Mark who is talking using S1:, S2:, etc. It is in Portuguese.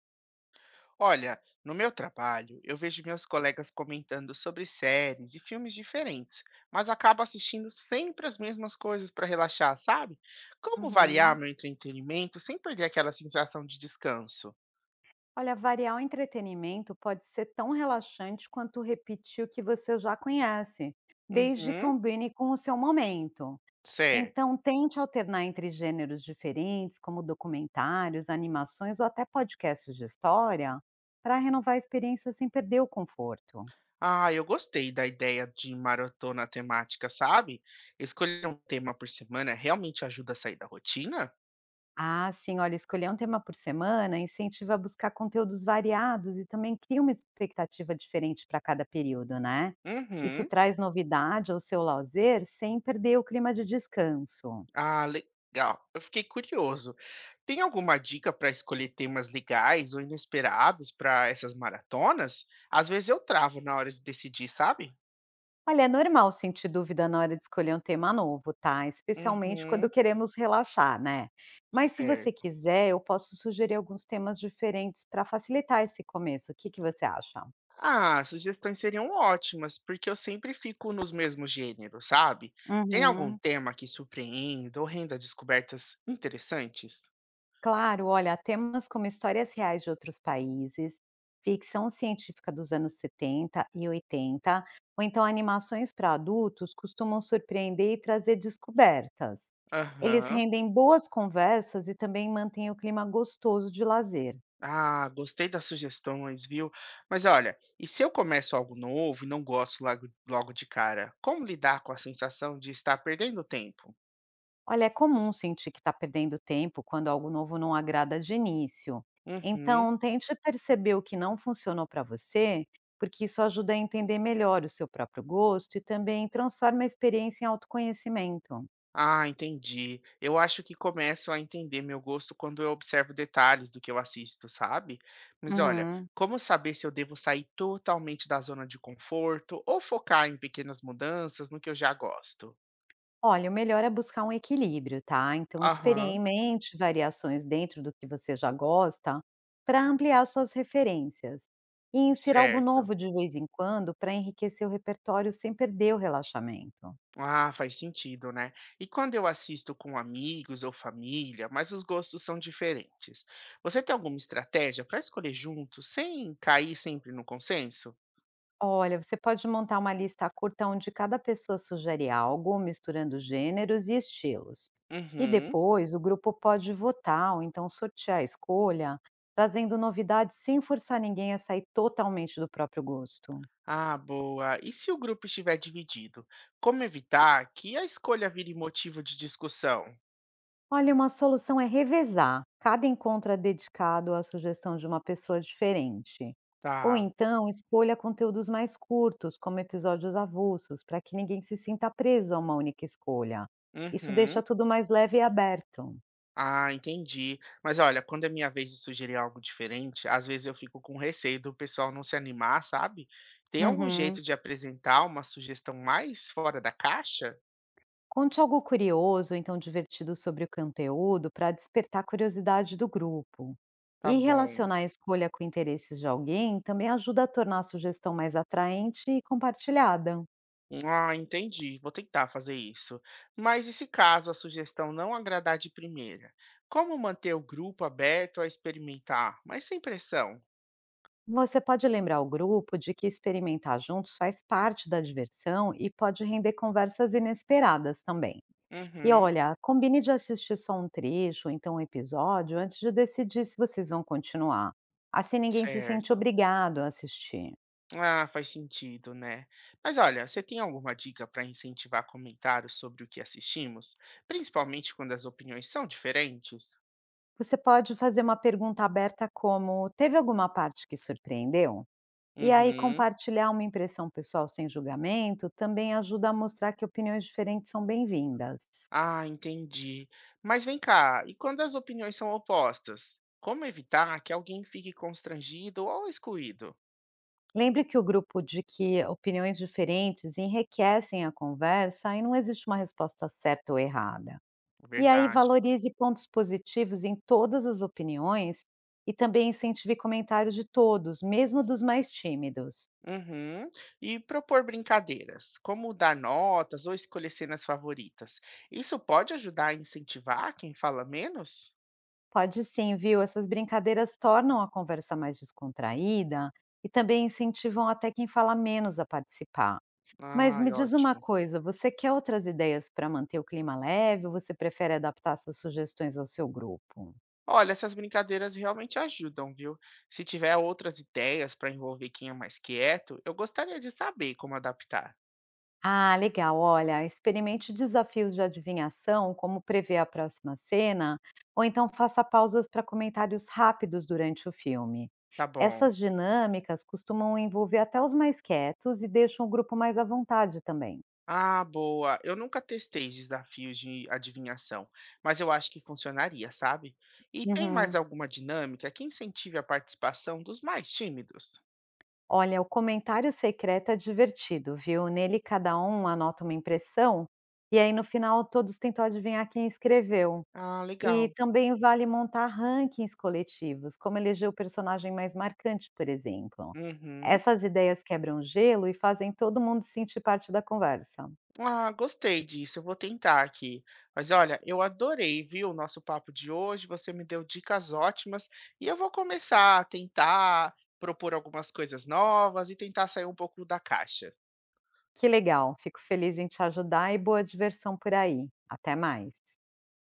S1: Olha, no meu trabalho, eu vejo meus colegas comentando sobre séries e filmes diferentes, mas acabo assistindo sempre as mesmas coisas para relaxar, sabe? Como variar
S2: Uhum.
S1: meu entretenimento sem perder aquela sensação de descanso?
S2: Olha, variar o entretenimento pode ser tão relaxante quanto repetir o que você já conhece, desde que
S1: Uhum,
S2: combine com o seu momento.
S1: certo.
S2: Então, tente alternar entre gêneros diferentes, como documentários, animações ou até podcasts de história, para renovar a experiência sem perder o conforto.
S1: Ah, eu gostei da ideia de maratona temática, sabe? Escolher um tema por semana realmente ajuda a sair da rotina?
S2: Ah, sim, olha, escolher um tema por semana incentiva a buscar conteúdos variados e também cria uma expectativa diferente para cada período, né? Isso
S1: Uhum.
S2: traz novidade ao seu lazer sem perder o clima de descanso.
S1: Ah, legal. Eu fiquei curioso. Tem alguma dica para escolher temas legais ou inesperados para essas maratonas? Às vezes eu travo na hora de decidir, sabe?
S2: Olha, é normal sentir dúvida na hora de escolher um tema novo, tá? Especialmente quando
S1: Uhum,
S2: queremos relaxar, né? Mas se você
S1: certo.
S2: quiser, eu posso sugerir alguns temas diferentes para facilitar esse começo. O que que você acha?
S1: Ah, sugestões seriam ótimas, porque eu sempre fico nos mesmos gêneros, sabe? Tem algum
S2: Uhum.
S1: tema que surpreenda ou renda descobertas interessantes?
S2: Claro, olha, temas como histórias reais de outros países, ficção científica dos anos 70 e 80, ou então animações para adultos costumam surpreender e trazer descobertas. Eles
S1: Aham.
S2: rendem boas conversas e também mantêm o clima gostoso de lazer.
S1: Ah, gostei das sugestões, viu? Mas olha, e se eu começo algo novo e não gosto logo, logo de cara? Como lidar com a sensação de estar perdendo tempo?
S2: Olha, é comum sentir que está perdendo tempo quando algo novo não agrada de início.
S1: Uhum.
S2: Então, tente perceber o que não funcionou para você, porque isso ajuda a entender melhor o seu próprio gosto e também transforma a experiência em autoconhecimento.
S1: Ah, entendi. Eu acho que começo a entender meu gosto quando eu observo detalhes do que eu assisto, sabe? Mas olha,
S2: Uhum.
S1: como saber se eu devo sair totalmente da zona de conforto ou focar em pequenas mudanças no que eu já gosto?
S2: Olha, o melhor é buscar um equilíbrio, tá? Então,
S1: Aham,
S2: experimente variações dentro do que você já gosta para ampliar suas referências. E insira algo
S1: certo.
S2: novo de vez em quando para enriquecer o repertório sem perder o relaxamento.
S1: Ah, faz sentido, né? E quando eu assisto com amigos ou família, mas os gostos são diferentes. Você tem alguma estratégia para escolher junto, sem cair sempre no consenso?
S2: Olha, você pode montar uma lista curta onde cada pessoa sugere algo, misturando gêneros e estilos. E
S1: Uhum.
S2: depois o grupo pode votar ou então sortear a escolha, trazendo novidades sem forçar ninguém a sair totalmente do próprio gosto.
S1: Ah, boa. E se o grupo estiver dividido, como evitar que a escolha vire motivo de discussão?
S2: Olha, uma solução é revezar. Cada encontro é dedicado à sugestão de uma pessoa diferente. Ou
S1: Tá.
S2: então, escolha conteúdos mais curtos, como episódios avulsos, para que ninguém se sinta preso a uma única escolha. Isso
S1: Uhum.
S2: deixa tudo mais leve e aberto.
S1: Ah, entendi. Mas olha, quando é minha vez de sugerir algo diferente, às vezes eu fico com receio do pessoal não se animar, sabe? Tem algum jeito
S2: Uhum.
S1: de apresentar uma sugestão mais fora da caixa?
S2: Conte algo curioso, então divertido sobre o conteúdo, para despertar a curiosidade do grupo.
S1: Tá
S2: E
S1: bom.
S2: relacionar a escolha com interesses de alguém também ajuda a tornar a sugestão mais atraente e compartilhada.
S1: Ah, entendi. Vou tentar fazer isso. Mas e se caso a sugestão não agradar de primeira? Como manter o grupo aberto a experimentar, mas sem pressão?
S2: Você pode lembrar o grupo de que experimentar juntos faz parte da diversão e pode render conversas inesperadas também. E
S1: Uhum,
S2: olha, combine de assistir só um trecho, ou então um episódio, antes de decidir se vocês vão continuar. Assim ninguém se sente
S1: certo.
S2: obrigado a assistir.
S1: Ah, faz sentido, né? Mas olha, você tem alguma dica para incentivar comentários sobre o que assistimos? Principalmente quando as opiniões são diferentes?
S2: Você pode fazer uma pergunta aberta como: teve alguma parte que surpreendeu? E aí
S1: Uhum.
S2: compartilhar uma impressão pessoal sem julgamento também ajuda a mostrar que opiniões diferentes são bem-vindas.
S1: Ah, entendi. Mas vem cá, e quando as opiniões são opostas? Como evitar que alguém fique constrangido ou excluído?
S2: Lembre que o grupo de que opiniões diferentes enriquecem a conversa e não existe uma resposta certa ou errada. E aí
S1: Verdade.
S2: valorize pontos positivos em todas as opiniões e também incentive comentários de todos, mesmo dos mais tímidos.
S1: Uhum. E propor brincadeiras, como dar notas ou escolher cenas favoritas. Isso pode ajudar a incentivar quem fala menos?
S2: Pode sim, viu? Essas brincadeiras tornam a conversa mais descontraída e também incentivam até quem fala menos a participar. Mas me
S1: Ai,
S2: diz uma
S1: ótimo.
S2: coisa, você quer outras ideias para manter o clima leve ou você prefere adaptar essas sugestões ao seu grupo?
S1: Olha, essas brincadeiras realmente ajudam, viu? Se tiver outras ideias para envolver quem é mais quieto, eu gostaria de saber como adaptar.
S2: Ah, legal. Olha, experimente desafios de adivinhação, como prever a próxima cena, ou então faça pausas para comentários rápidos durante o filme.
S1: Tá bom.
S2: Essas dinâmicas costumam envolver até os mais quietos e deixam o grupo mais à vontade também.
S1: Ah, boa. Eu nunca testei desafios de adivinhação, mas eu acho que funcionaria, sabe? E tem mais
S2: Uhum.
S1: alguma dinâmica que incentive a participação dos mais tímidos?
S2: Olha, o comentário secreto é divertido, viu? Nele cada um anota uma impressão e aí no final todos tentam adivinhar quem escreveu.
S1: Ah,
S2: E
S1: legal.
S2: também vale montar rankings coletivos, como eleger o personagem mais marcante, por exemplo.
S1: Uhum.
S2: Essas ideias quebram gelo e fazem todo mundo sentir parte da conversa.
S1: Ah, gostei disso, eu vou tentar aqui. Mas olha, eu adorei, viu, o nosso papo de hoje. Você me deu dicas ótimas e eu vou começar a tentar propor algumas coisas novas e tentar sair um pouco da caixa.
S2: Que legal, fico feliz em te ajudar e boa diversão por aí. Até mais.